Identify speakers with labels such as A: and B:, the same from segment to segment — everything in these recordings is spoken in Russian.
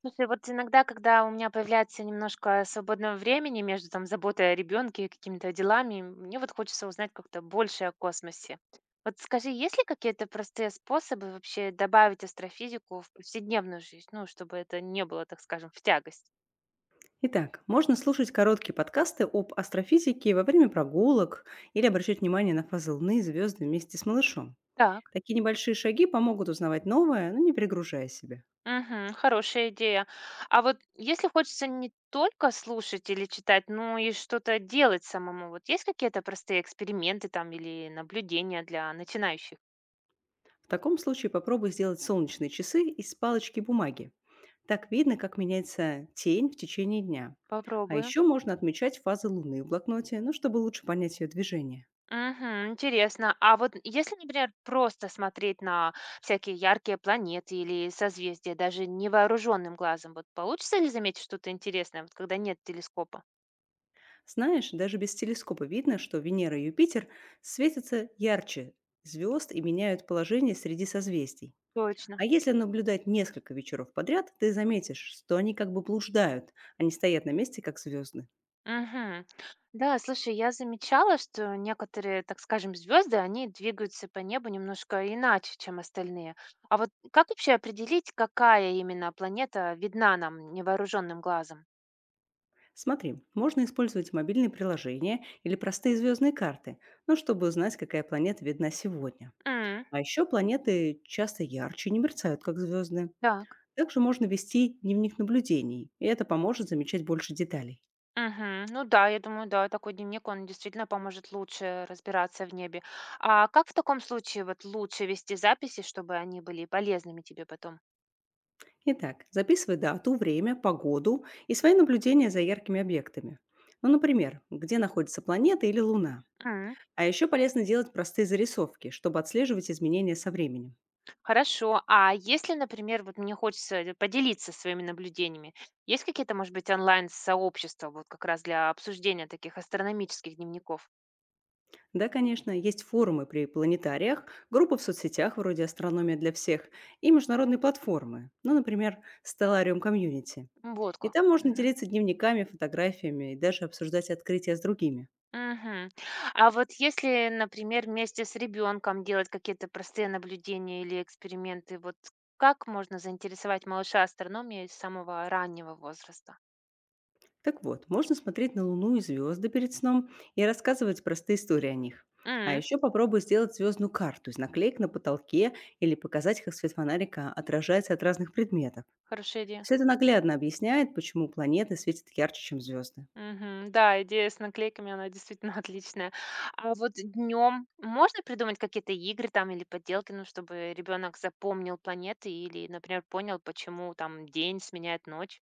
A: Слушай, вот иногда, когда у меня появляется немножко свободного времени между там заботой о ребенке и какими-то делами, мне вот хочется узнать как-то больше о космосе. Вот скажи, есть ли какие-то простые способы вообще добавить астрофизику в повседневную жизнь, ну, чтобы это не было, так скажем, в тягость?
B: Итак, можно слушать короткие подкасты об астрофизике во время прогулок или обращать внимание на фазы Луны и звезды вместе с малышом.
A: Так.
B: Такие небольшие шаги помогут узнавать новое, но не перегружая себя.
A: Угу, хорошая идея. А вот если хочется не только слушать или читать, но и что-то делать самому, вот есть какие-то простые эксперименты там или наблюдения для начинающих?
B: В таком случае попробуй сделать солнечные часы из палочки бумаги. Так видно, как меняется тень в течение дня. А
A: Попробуем.
B: еще можно отмечать фазы Луны в блокноте, ну, чтобы лучше понять ее движение.
A: Мгм. Интересно. А вот если, например, просто смотреть на всякие яркие планеты или созвездия, даже невооруженным глазом, вот получится ли заметить что-то интересное, вот когда нет телескопа?
B: Знаешь, даже без телескопа видно, что Венера и Юпитер светятся ярче звезд и меняют положение среди созвездий.
A: Точно.
B: А если наблюдать несколько вечеров подряд, ты заметишь, что они как бы блуждают, а не стоят на месте, как звезды.
A: Мгм. Да, слушай, я замечала, что некоторые, так скажем, звезды, они двигаются по небу немножко иначе, чем остальные. А вот как вообще определить, какая именно планета видна нам невооруженным глазом?
B: Смотри, можно использовать мобильные приложения или простые звездные карты, ну, чтобы узнать, какая планета видна сегодня.
A: М.
B: А еще планеты часто ярче и не мерцают, как звезды.
A: Так.
B: Также можно вести дневник наблюдений, и это поможет замечать больше деталей.
A: Мгм. Ну да, я думаю, да, такой дневник, он действительно поможет лучше разбираться в небе. А как в таком случае вот лучше вести записи, чтобы они были полезными тебе потом?
B: Итак, записывай дату, время, погоду и свои наблюдения за яркими объектами. Ну, например, где находится планета или Луна.
A: М.
B: А еще полезно делать простые зарисовки, чтобы отслеживать изменения со временем.
A: Хорошо. А если, например, вот мне хочется поделиться своими наблюдениями, есть какие-то, может быть, онлайн-сообщества вот как раз для обсуждения таких астрономических дневников?
B: Да, конечно, есть форумы при планетариях, группы в соцсетях вроде «Астрономия для всех» и международные платформы, ну, например, Stellarium Community.
A: Вот
B: И
A: как.
B: там можно делиться дневниками, фотографиями и даже обсуждать открытия с другими.
A: Мгм. А вот если, например, вместе с ребенком делать какие-то простые наблюдения или эксперименты, вот как можно заинтересовать малыша астрономией с самого раннего возраста?
B: Так вот, можно смотреть на Луну и звезды перед сном и рассказывать простые истории о них. А
A: М.
B: еще попробуй сделать звездную карту из наклеек на потолке или показать, как свет фонарика отражается от разных предметов.
A: Хорошая идея.
B: Все это наглядно объясняет, почему планеты светят ярче, чем звезды.
A: Мгм. Да, идея с наклейками, она действительно отличная. А вот днем можно придумать какие-то игры там или поделки, ну, чтобы ребенок запомнил планеты или, например, понял, почему там день сменяет ночь?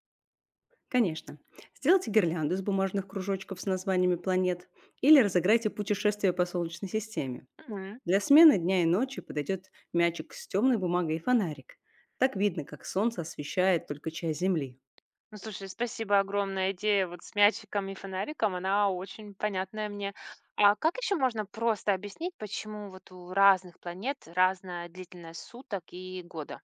B: Конечно. Сделайте гирлянду из бумажных кружочков с названиями планет или разыграйте путешествие по Солнечной системе. Для смены дня и ночи подойдет мячик с темной бумагой и фонарик. Так видно, как Солнце освещает только часть Земли.
A: Ну, слушай, спасибо огромное. Идея вот с мячиком и фонариком, она очень понятная мне. А как еще можно просто объяснить, почему вот у разных планет разная длительность суток и года?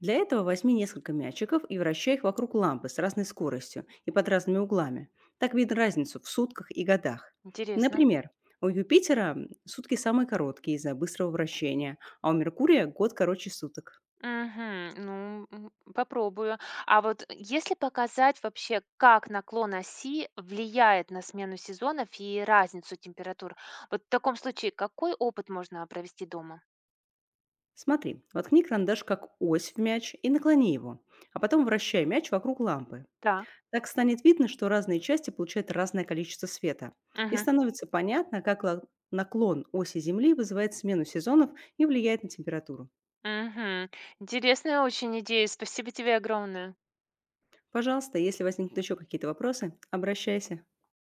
B: Для этого возьми несколько мячиков и вращай их вокруг лампы с разной скоростью и под разными углами. Так видно разницу в сутках и годах.
A: Интересно.
B: Например, у Юпитера сутки самые короткие из-за быстрого вращения, а у Меркурия год короче суток.
A: Мгм. Ну, попробую. А вот если показать вообще, как наклон оси влияет на смену сезонов и разницу температур, вот в таком случае какой опыт можно провести дома?
B: Смотри, воткни карандаш как ось в мяч и наклони его, а потом вращай мяч вокруг лампы.
A: Да.
B: Так станет видно, что разные части получают разное количество света. И
A: Мгм.
B: становится понятно, как наклон оси Земли вызывает смену сезонов и влияет на температуру.
A: Мгм. Интересная очень идея. Спасибо тебе огромное.
B: Пожалуйста, если возникнут еще какие-то вопросы, обращайся.